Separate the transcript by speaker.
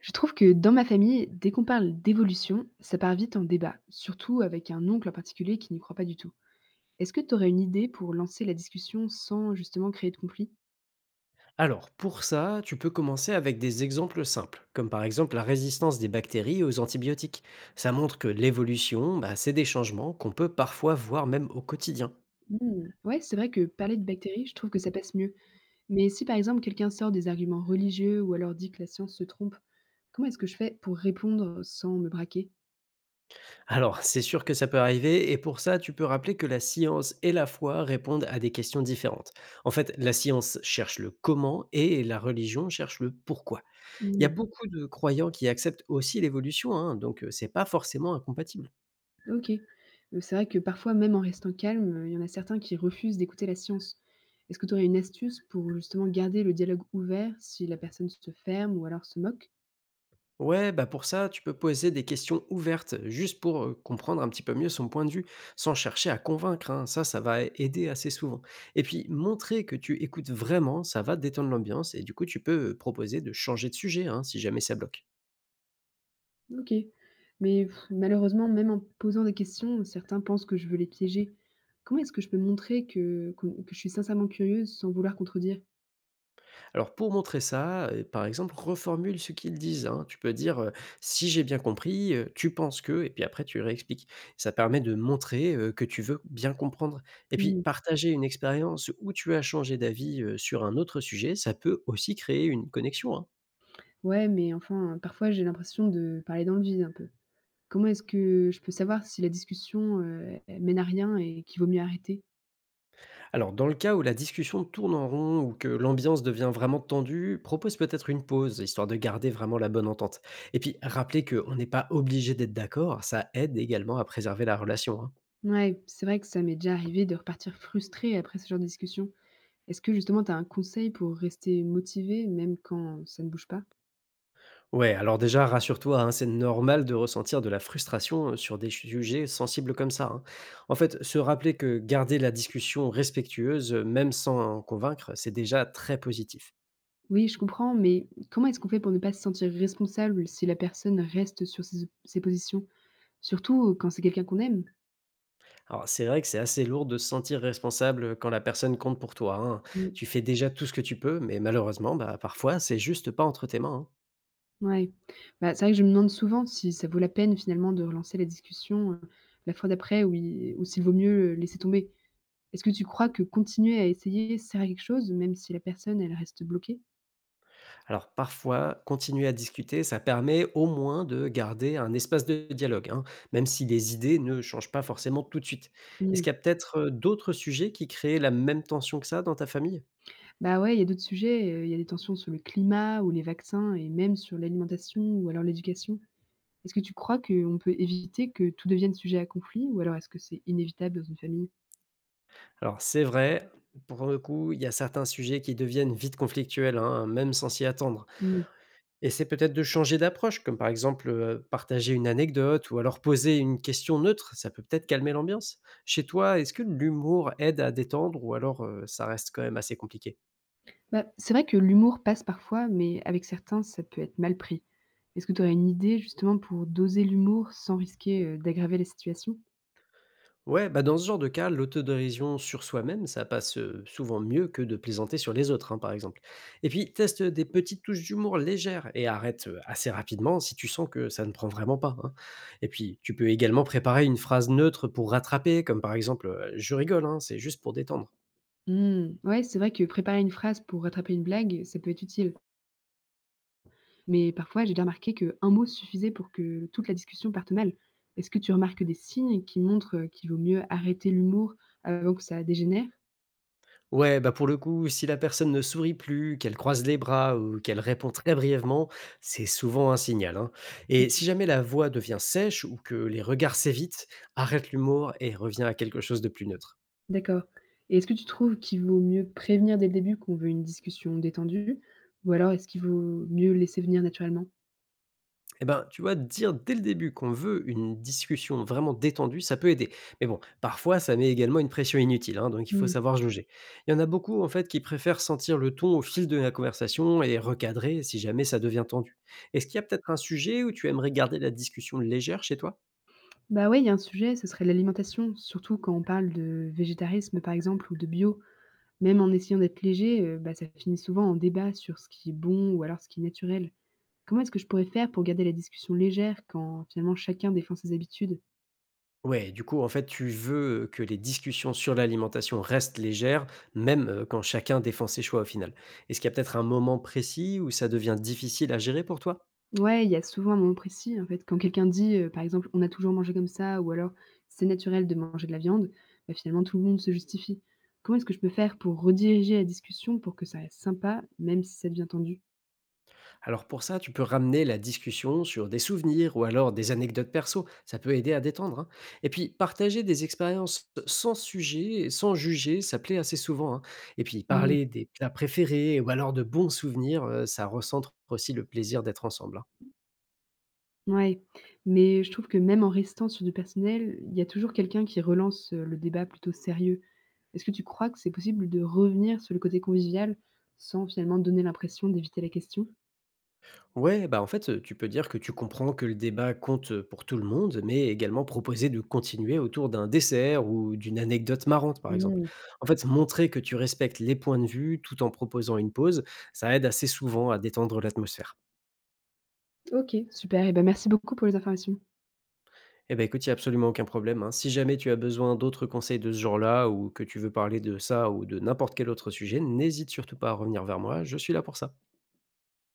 Speaker 1: Je trouve que dans ma famille, dès qu'on parle d'évolution, ça part vite en débat, surtout avec un oncle en particulier qui n'y croit pas du tout. Est-ce que tu aurais une idée pour lancer la discussion sans justement créer de conflit?
Speaker 2: Alors, pour ça, tu peux commencer avec des exemples simples, comme par exemple la résistance des bactéries aux antibiotiques. Ça montre que l'évolution, bah, c'est des changements qu'on peut parfois voir même au quotidien.
Speaker 1: Hmm. Ouais, c'est vrai que parler de bactéries, je trouve que ça passe mieux. Mais si par exemple quelqu'un sort des arguments religieux ou alors dit que la science se trompe, comment est-ce que je fais pour répondre sans me braquer?
Speaker 2: Alors, c'est sûr que ça peut arriver, et pour ça, tu peux rappeler que la science et la foi répondent à des questions différentes. En fait, la science cherche le comment et la religion cherche le pourquoi. Il y a beaucoup de croyants qui acceptent aussi l'évolution, hein, donc c'est pas forcément incompatible.
Speaker 1: OK. C'est vrai que parfois, même en restant calme, il y en a certains qui refusent d'écouter la science. Est-ce que tu aurais une astuce pour justement garder le dialogue ouvert si la personne se ferme ou alors se moque?
Speaker 2: Ouais, bah pour ça, tu peux poser des questions ouvertes, juste pour comprendre un petit peu mieux son point de vue, sans chercher à convaincre, hein. Ça va aider assez souvent. Et puis, montrer que tu écoutes vraiment, ça va détendre l'ambiance, et du coup, tu peux proposer de changer de sujet, hein, si jamais ça bloque.
Speaker 1: OK. Mais pff, malheureusement, même en posant des questions, certains pensent que je veux les piéger. Comment est-ce que je peux montrer que je suis sincèrement curieuse sans vouloir contredire?
Speaker 2: Alors pour montrer ça, par exemple, reformule ce qu'ils disent, hein. Tu peux dire, «Si j'ai bien compris, tu penses que» et puis après tu réexpliques. Ça permet de montrer, que tu veux bien comprendre et puis
Speaker 1: Mmh.
Speaker 2: partager une expérience où tu as changé d'avis, sur un autre sujet, ça peut aussi créer une connexion, hein.
Speaker 1: Ouais, mais enfin, parfois j'ai l'impression de parler dans le vide un peu. Comment est-ce que je peux savoir si la discussion, elle mène à rien et qu'il vaut mieux arrêter?
Speaker 2: Alors dans le cas où la discussion tourne en rond ou que l'ambiance devient vraiment tendue, propose peut-être une pause, histoire de garder vraiment la bonne entente et puis rappeler qu'on n'est pas obligé d'être d'accord, ça aide également à préserver la relation, hein.
Speaker 1: Ouais, c'est vrai que ça m'est déjà arrivé de repartir frustrée après ce genre de discussion. Est-ce que justement tu as un conseil pour rester motivée même quand ça ne bouge pas?
Speaker 2: Ouais, alors déjà, rassure-toi, hein, c'est normal de ressentir de la frustration sur des sujets sensibles comme ça, hein. En fait, se rappeler que garder la discussion respectueuse, même sans en convaincre, c'est déjà très positif.
Speaker 1: Oui, je comprends, mais comment est-ce qu'on fait pour ne pas se sentir responsable si la personne reste sur ses, ses positions, surtout quand c'est quelqu'un qu'on aime?
Speaker 2: Alors, c'est vrai que c'est assez lourd de se sentir responsable quand la personne compte pour toi, hein. Tu
Speaker 1: Mm.
Speaker 2: fais déjà tout ce que tu peux, mais malheureusement, bah, parfois, c'est juste pas entre tes mains, hein.
Speaker 1: Ouais. Bah, c'est vrai que je me demande souvent si ça vaut la peine finalement de relancer la discussion la fois d'après ou s'il vaut mieux laisser tomber. Est-ce que tu crois que continuer à essayer sert à quelque chose, même si la personne elle reste bloquée?
Speaker 2: Alors parfois, continuer à discuter, ça permet au moins de garder un espace de dialogue, hein, même si les idées ne changent pas forcément tout de suite. Est-ce qu'il y a peut-être d'autres sujets qui créent la même tension que ça dans ta famille?
Speaker 1: Bah, ouais, il y a d'autres sujets, il y a des tensions sur le climat ou les vaccins et même sur l'alimentation ou alors l'éducation. Est-ce que tu crois qu'on peut éviter que tout devienne sujet à conflit ou alors est-ce que c'est inévitable dans une famille?
Speaker 2: Alors c'est vrai, pour le coup, il y a certains sujets qui deviennent vite conflictuels, hein, même sans s'y attendre.
Speaker 1: Mmh.
Speaker 2: Et c'est peut-être de changer d'approche, comme par exemple partager une anecdote ou alors poser une question neutre, ça peut peut-être calmer l'ambiance. Chez toi, est-ce que l'humour aide à détendre ou alors ça reste quand même assez compliqué?
Speaker 1: Bah, c'est vrai que l'humour passe parfois, mais avec certains, ça peut être mal pris. Est-ce que tu aurais une idée justement pour doser l'humour sans risquer, d'aggraver la situation?
Speaker 2: Ouais, bah dans ce genre de cas, l'autodérision sur soi-même, ça passe souvent mieux que de plaisanter sur les autres, hein, par exemple. Et puis, teste des petites touches d'humour légères et arrête assez rapidement si tu sens que ça ne prend vraiment pas, hein. Et puis, tu peux également préparer une phrase neutre pour rattraper, comme par exemple je rigole, hein, c'est juste pour détendre.
Speaker 1: Mmh, ouais, c'est vrai que préparer une phrase pour rattraper une blague, ça peut être utile. Mais parfois, j'ai déjà remarqué qu'un mot suffisait pour que toute la discussion parte mal. Est-ce que tu remarques des signes qui montrent, qu'il vaut mieux arrêter l'humour avant que ça dégénère?
Speaker 2: Ouais, bah pour le coup, si la personne ne sourit plus, qu'elle croise les bras ou qu'elle répond très brièvement, c'est souvent un signal, hein. Et
Speaker 1: OK,
Speaker 2: si jamais la voix devient sèche ou que les regards s'évitent, arrête l'humour et reviens à quelque chose de plus neutre.
Speaker 1: d'accord. Et est-ce que tu trouves qu'il vaut mieux prévenir dès le début qu'on veut une discussion détendue ou alors est-ce qu'il vaut mieux laisser venir naturellement?
Speaker 2: Eh ben, tu vois, dire dès le début qu'on veut une discussion vraiment détendue, ça peut aider. Mais bon, parfois, ça met également une pression inutile, hein, donc il faut
Speaker 1: Mmh.
Speaker 2: savoir jauger. Il y en a beaucoup, en fait, qui préfèrent sentir le ton au fil de la conversation et recadrer si jamais ça devient tendu. Est-ce qu'il y a peut-être un sujet où tu aimerais garder la discussion légère chez toi?
Speaker 1: Bah, ouais, il y a un sujet, ce serait l'alimentation, surtout quand on parle de végétarisme, par exemple, ou de bio. Même en essayant d'être léger, bah, ça finit souvent en débat sur ce qui est bon ou alors ce qui est naturel. Comment est-ce que je pourrais faire pour garder la discussion légère quand finalement chacun défend ses habitudes?
Speaker 2: Ouais, du coup, en fait, tu veux que les discussions sur l'alimentation restent légères, même, quand chacun défend ses choix au final. Est-ce qu'il y a peut-être un moment précis où ça devient difficile à gérer pour toi?
Speaker 1: Ouais, il y a souvent un moment précis en fait, quand quelqu'un dit, par exemple: «On a toujours mangé comme ça» ou alors: «C'est naturel de manger de la viande», bah, finalement tout le monde se justifie. Comment est-ce que je peux faire pour rediriger la discussion pour que ça reste sympa, même si ça devient tendu?
Speaker 2: Alors pour ça, tu peux ramener la discussion sur des souvenirs ou alors des anecdotes perso, ça peut aider à détendre, hein. Et puis partager des expériences sans sujet et sans juger, ça plaît assez souvent, hein. Et puis Mmh.
Speaker 1: Mmh.
Speaker 2: Parler des plats préférés ou alors de bons souvenirs, ça recentre aussi le plaisir d'être ensemble, hein.
Speaker 1: Ouais, mais je trouve que même en restant sur du personnel, il y a toujours quelqu'un qui relance, le débat plutôt sérieux. Est-ce que tu crois que c'est possible de revenir sur le côté convivial sans finalement donner l'impression d'éviter la question?
Speaker 2: Ouais, bah, en fait, tu peux dire que tu comprends que le débat compte, pour tout le monde, mais également proposer de continuer autour d'un dessert ou d'une anecdote marrante, par exemple.
Speaker 1: Mmh.
Speaker 2: En fait, montrer que tu respectes les points de vue tout en proposant une pause, ça aide assez souvent à détendre l'atmosphère.
Speaker 1: OK, super et ben merci beaucoup pour les informations.
Speaker 2: Eh ben, écoute, il y a absolument aucun problème, hein. Si jamais tu as besoin d'autres conseils de ce genre-là ou que tu veux parler de ça ou de n'importe quel autre sujet, n'hésite surtout pas à revenir vers moi, je suis là pour ça.